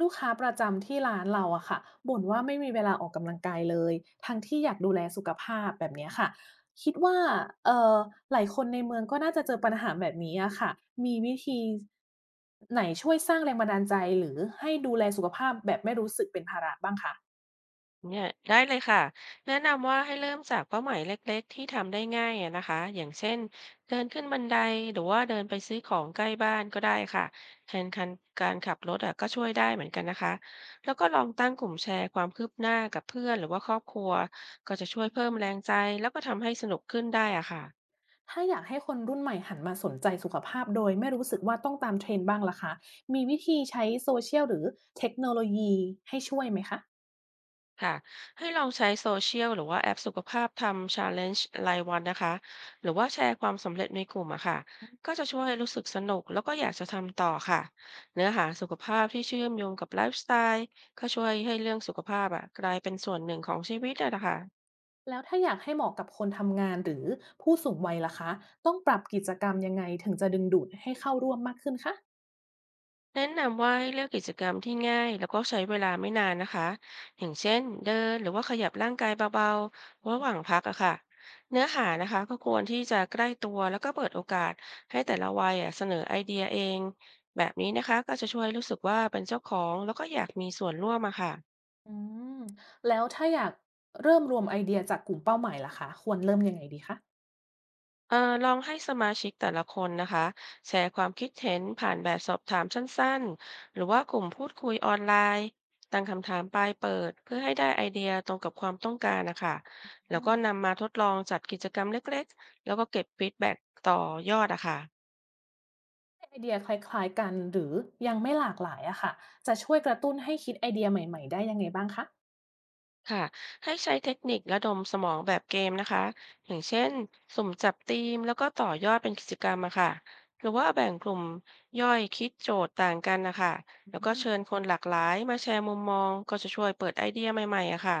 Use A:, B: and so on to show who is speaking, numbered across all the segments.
A: ลูกค้าประจำที่ร้านเราอะค่ะบ่นว่าไม่มีเวลาออกกำลังกายเลยทั้งที่อยากดูแลสุขภาพแบบเนี้ยค่ะคิดว่าเอ่อหลายคนในเมืองก็น่าจะเจอปัญหาแบบนี้อะค่ะมีวิธีไหนช่วยสร้างแรงบันดาลใจหรือให้ดูแลสุขภาพแบบไม่รู้สึกเป็นภาระบ้างคะ
B: เนี่ยได้เลยค่ะแนะนำว่าให้เริ่มจากเป้าหมายเล็กๆที่ทำได้ง่ายอะนะคะอย่างเช่นเดินขึ้นบันไดหรือว่าเดินไปซื้อของใกล้บ้านก็ได้ค่ะแทนคันการขับรถอะก็ช่วยได้เหมือนกันนะคะแล้วก็ลองตั้งกลุ่มแชร์ความคืบหน้ากับเพื่อนหรือว่าครอบครัวก็จะช่วย
A: อื
B: เพิ่ม
A: ม
B: แรงใจแล้วก็ทำให้สนุกขึ้นได้อะค่ะ
A: ถ้าอยากให้คนรุ่นใหม่หันมาสนใจสุขภาพโดยไม่รู้สึกว่าต้องตาม trend บ้างล่ะคะมีวิธีใช้โซเชียลหรือเทคโนโลยีให้ช่วยไหมคะ
B: ค่ะให้ลองใช้โซเชียลหรือว่าแอปสุขภาพทำ Challenge รายวันนะคะหรือว่าแชร์ความสำเร็จในกลุ่มอะค่ะก็จะช่วยให้รู้สึกสนุกแล้วก็อยากจะทำต่อค่ะเนื้อหาสุขภาพที่เชื่อมโยงกับไลฟ์สไตล์ก็ช่วยให้เรื่องสุขภาพอะกลายเป็นส่วนหนึ่งของชีวิตอะนะคะ
A: แล้วถ้าอยากให้เหมาะกับคนทำงานหรือผู้สูงวัยล่ะคะต้องปรับกิจกรรมยังไงถึงจะดึงดูดให้เข้าร่วมมากขึ้นคะ
B: แนะนำว่าให้เลือกกิจกรรมที่ง่ายแล้วก็ใช้เวลาไม่นานนะคะอย่างเช่นเดินหรือว่าขยับร่างกายเบาๆระหว่างพักอะค่ะเนื้อหานะคะก็ควรที่จะใกล้ตัวแล้วก็เปิดโอกาสให้แต่ละวัยอะเสนอไอเดียเองแบบนี้นะคะก็จะช่วยรู้สึกว่าเป็นเจ้าของแล้วก็อยากมีส่วนร่วมอะค่ะ
A: อืมแล้วถ้าอยากเริ่มรวมไอเดียจากกลุ่มเป้าหมายล่ะคะควรเริ่มยังไงดีคะ
B: เอ่อลองให้สมาชิกแต่ละคนนะคะแชร์ความคิดเห็นผ่านแบบสอบถามสั้นๆ หรือว่ากลุ่มพูดคุยออนไลน์ตั้งคำถามปลายเปิดเพื่อให้ได้ไอเดียตรงกับความต้องการนะคะแล้ว
A: อื
B: ก็
A: ม
B: นำมาทดลองจัดกิจกรรมเล็กๆ แล้วก็เก็บฟีดแบ็กต่อยอดอะค่ะ
A: ไอเดียคล้ายๆกันหรือยังไม่หลากหลายอะค่ะจะช่วยกระตุ้นให้คิดไอเดียใหม่ๆได้ยังไงบ้างคะ
B: ค่ะให้ใช้เทคนิคระดมสมองแบบเกมนะคะอย่างเช่นสุ่มจับธีมแล้วก็ต่อยอดเป็นกิจกรรมอะค่ะหรือว่าแบ่งกลุ่มย่อยคิดโจทย์ต่างกันนะคะ
A: อื
B: แล้วก็
A: ม
B: เชิญคนหลากหลายมาแชร์มุมมองก็จะช่วยเปิดไอเดียใหม่ๆอะค่ะ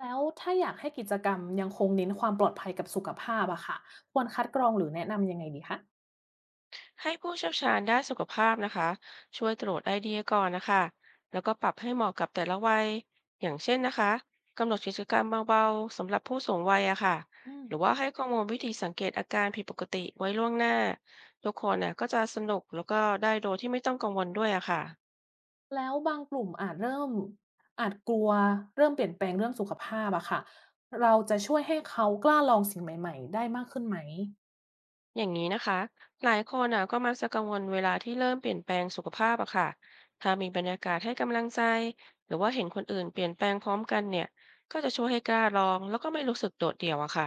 A: แล้วถ้าอยากให้กิจกรรมยังคงเน้นความปลอดภัยกับสุขภาพอะค่ะควรคัดกรองหรือแนะนำยังไงดีค
B: ให้ผู้เชี่ยวชาญด้านสุขภาพนะคะช่วยตรวจไอเดียก่อนนะคะแล้วก็ปรับให้เหมาะกับแต่ละวัยอย่างเช่นนะคะกำหนดกิจกรรมเบาๆสำหรับผู้สูงวัยอะค่ะ
A: ะ
B: หรือว่าให้ข้อมูลวิธีสังเกตอาการผิดปกติไว้ล่วงหน้าทุกคนน่ะก็จะสนุกแล้วก็ได้โดยที่ไม่ต้องกังวลด้วยอะค่ะ
A: แล้วบางกลุ่มอาจเริ่มอาจกลัวเริ่มเปลี่ยนแปลงเรื่องสุขภาพอะค่ะเราจะช่วยให้เขากล้าลองสิ่งใหม่ๆได้มากขึ้นไหม
B: อย่างนี้นะคะหลายคนอ่ะก็มักจะกังวลเวลาที่เริ่มเปลี่ยนแปลงสุขภาพอะค่ะถ้ามีบรรยากาศให้กำลังใจหรือว่าเห็นคนอื่นเปลี่ยนแปลงพร้อมกันเนี่ยก็จะช่วยให้กล้าลองแล้วก็ไม่รู้สึกโดดเดี่ยวอะค่ะ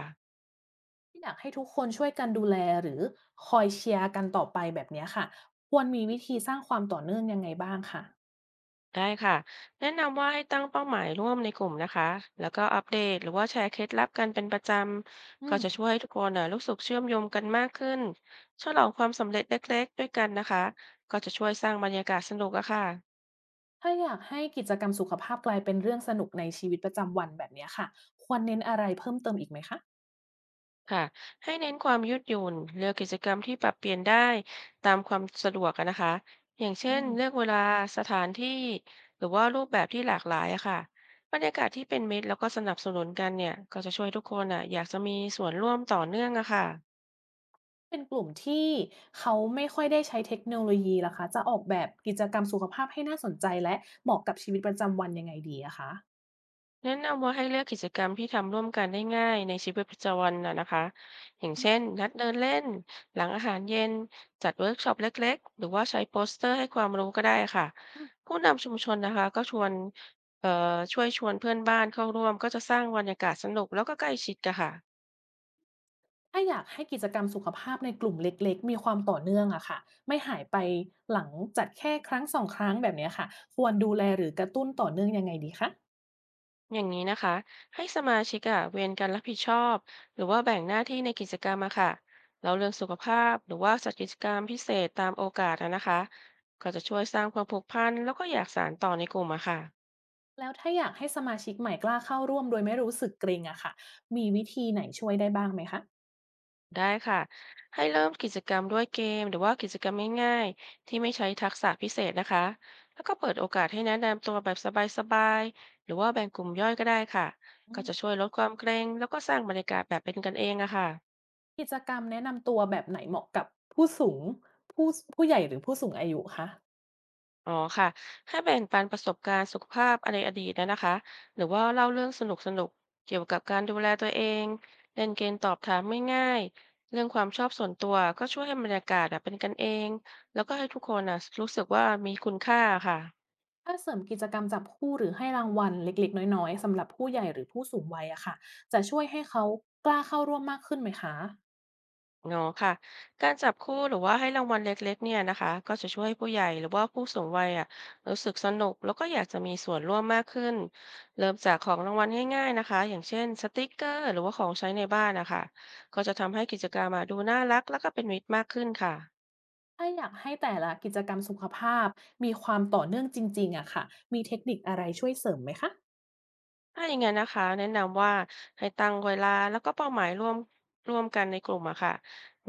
A: อยากให้ทุกคนช่วยกันดูแลหรือคอยเชียร์กันต่อไปแบบเนี้ยค่ะควรมีวิธีสร้างความต่อเนื่องยังไงบ้างคะ
B: ได้ค่ะแนะนำว่าให้ตั้งเป้าหมายร่วมในกลุ่มนะคะแล้วก็อัปเดตหรือว่าแชร์เคล็ดลับกันเป็นประจ
A: อื
B: ำก็จะช่ว
A: ม
B: ยให้ทุกคนน่ะรู้สึกเชื่อมโยงกันมากขึ้นฉลองความสำเร็จเล็กๆด้วยกันนะคะก็จะช่วยสร้างบรรยากาศสนุกอะค่ะ
A: ถ้าอยากให้กิจกรรมสุขภาพกลายเป็นเรื่องสนุกในชีวิตประจำวันแบบเนี้ยค่ะควรเน้นอะไรเพิ่มเติมอีกไหมคะ
B: ค่ะให้เน้นความยืดหยุ่นเลือกกิจกรรมที่ปรับเปลี่ยนได้ตามความสะดวกอะนะคะอย่างเช่
A: อื
B: น
A: ม
B: เลือกเวลาสถานที่หรือว่ารูปแบบที่หลากหลายอะค่ะบรรยากาศที่เป็นมิตรแล้วก็สนับสนุนกันเนี่ยก็จะช่วยทุกคนอะอยากจะมีส่วนร่วมต่อเนื่องอะค่ะ
A: เป็นกลุ่มที่เขาไม่ค่อยได้ใช้เทคโนโลยีล่ะคะจะออกแบบกิจกรรมสุขภาพให้น่าสนใจและเหมาะกับชีวิตประจำวันยังไงดีอะคะ
B: แนะนำว่าให้เลือกกิจกรรมที่ทำร่วมกันได้ง่ายในชีวิตประจำวันนะนะคะอย่า
A: อื
B: งเช่
A: ม
B: นนัดเดินเล่นหลังอาหารเย็นจัดเวิร์กช็อปเล็กๆหรือว่าใช้โปสเตอร์ให้ความรู้ก็ได้ค่ะผู้นำชุมชนนะคะก็ชวนเอ่อช่วยชวนเพื่อนบ้านเข้าร่วมก็จะสร้างบรรยากาศสนุกแล้วก็ใกล้ชิดกันค่ะ
A: ถ้าอยากให้กิจกรรมสุขภาพในกลุ่มเล็กๆมีความต่อเนื่องอะค่ะไม่หายไปหลังจัดแค่ครั้งสองครั้งแบบเนี้ยค่ะควรดูแลหรือกระตุ้นต่อเนื่องยังไงดีคะ
B: อย่างนี้นะคะให้สมาชิกอะเวียนกันรับผิดชอบหรือว่าแบ่งหน้าที่ในกิจกรรมอะค่ะแล้วเรื่องสุขภาพหรือว่าจัดกิจกรรมพิเศษตามโอกาสอะนะคะก็จะช่วยสร้างความผูกพันแล้วก็อยากสานต่อในกลุ่มอะค่ะ
A: แล้วถ้าอยากให้สมาชิกใหม่กล้าเข้าร่วมโดยไม่รู้สึกเกรงอะค่ะมีวิธีไหนช่วยได้บ้างไหมคะ
B: ได้ค่ะให้เริ่มกิจกรรมด้วยเกมหรือว่ากิจกรรมง่ายๆที่ไม่ใช้ทักษะพิเศษนะคะแล้วก็เปิดโอกาสให้แนะนำตัวแบบสบายๆหรือว่าแบ่งกลุ่มย่อยก็ได้ค่ะ
A: อื
B: ก็
A: ม
B: จะช่วยลดความเกรงแล้วก็สร้างบรรยากาศแบบเป็นกันเองอะค่ะ
A: กิจกรรมแนะนำตัวแบบไหนเหมาะกับผู้สูงผู้ผู้ใหญ่หรือผู้สูงอายุคะ
B: อ๋อค่ะให้แบ่งปันประสบการณ์สุขภาพในอดีตนะนะคะหรือว่าเล่าเรื่องสนุกสนุกเกี่ยวกับการดูแลตัวเองเล่นเกมตอบถามง่ายๆเรื่องความชอบส่วนตัวก็ช่วยให้บรรยากาศอะเป็นกันเองแล้วก็ให้ทุกคนอะรู้สึกว่ามีคุณค่าค่ะ
A: ถ้าเสริมกิจกรรมจับคู่หรือให้รางวัลเล็กๆน้อยๆสำหรับผู้ใหญ่หรือผู้สูงวัยอะค่ะจะช่วยให้เขากล้าเข้าร่วมมากขึ้นไหมคะ
B: เนาะค่ะการจับคู่หรือว่าให้รางวัลเล็กๆเนี่ยนะคะก็จะช่วยให้ผู้ใหญ่หรือว่าผู้สูงวัยอ่ะรู้สึกสนุกแล้วก็อยากจะมีส่วนร่วมมากขึ้นเริ่มจากของรางวัลง่ายๆนะคะอย่างเช่นสติกเกอร์หรือว่าของใช้ในบ้านนะคะก็จะทำให้กิจกรรมอะดูน่ารักแล้วก็เป็นมิตรมากขึ้นค่ะ
A: ถ้าอยากให้แต่ละกิจกรรมสุขภาพมีความต่อเนื่องจริงๆอะค่ะมีเทคนิคอะไรช่วยเสริมไหมคะ
B: ถ้าอย่างงั้นนะคะแนะนำว่าให้ตั้งเวลาแล้วก็เป้าหมายร่วมกันในกลุ่มอะค่ะ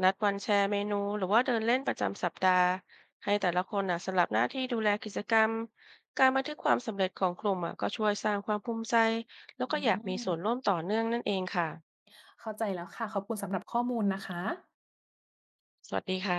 B: นัดวันแชร์เมนูหรือว่าเดินเล่นประจำสัปดาห์ให้แต่ละคนน่ะสลับหน้าที่ดูแลกิจกรรมการบันทึกความสำเร็จของกลุ่มอะก็ช่วยสร้างความภูมิใจแล้วก็
A: อื
B: อยากมี
A: ม
B: ส่วนร่วมต่อเนื่องนั่นเองค่ะ
A: เข้าใจแล้วค่ะขอบคุณสำหรับข้อมูลนะคะ
B: สวัสดีค่ะ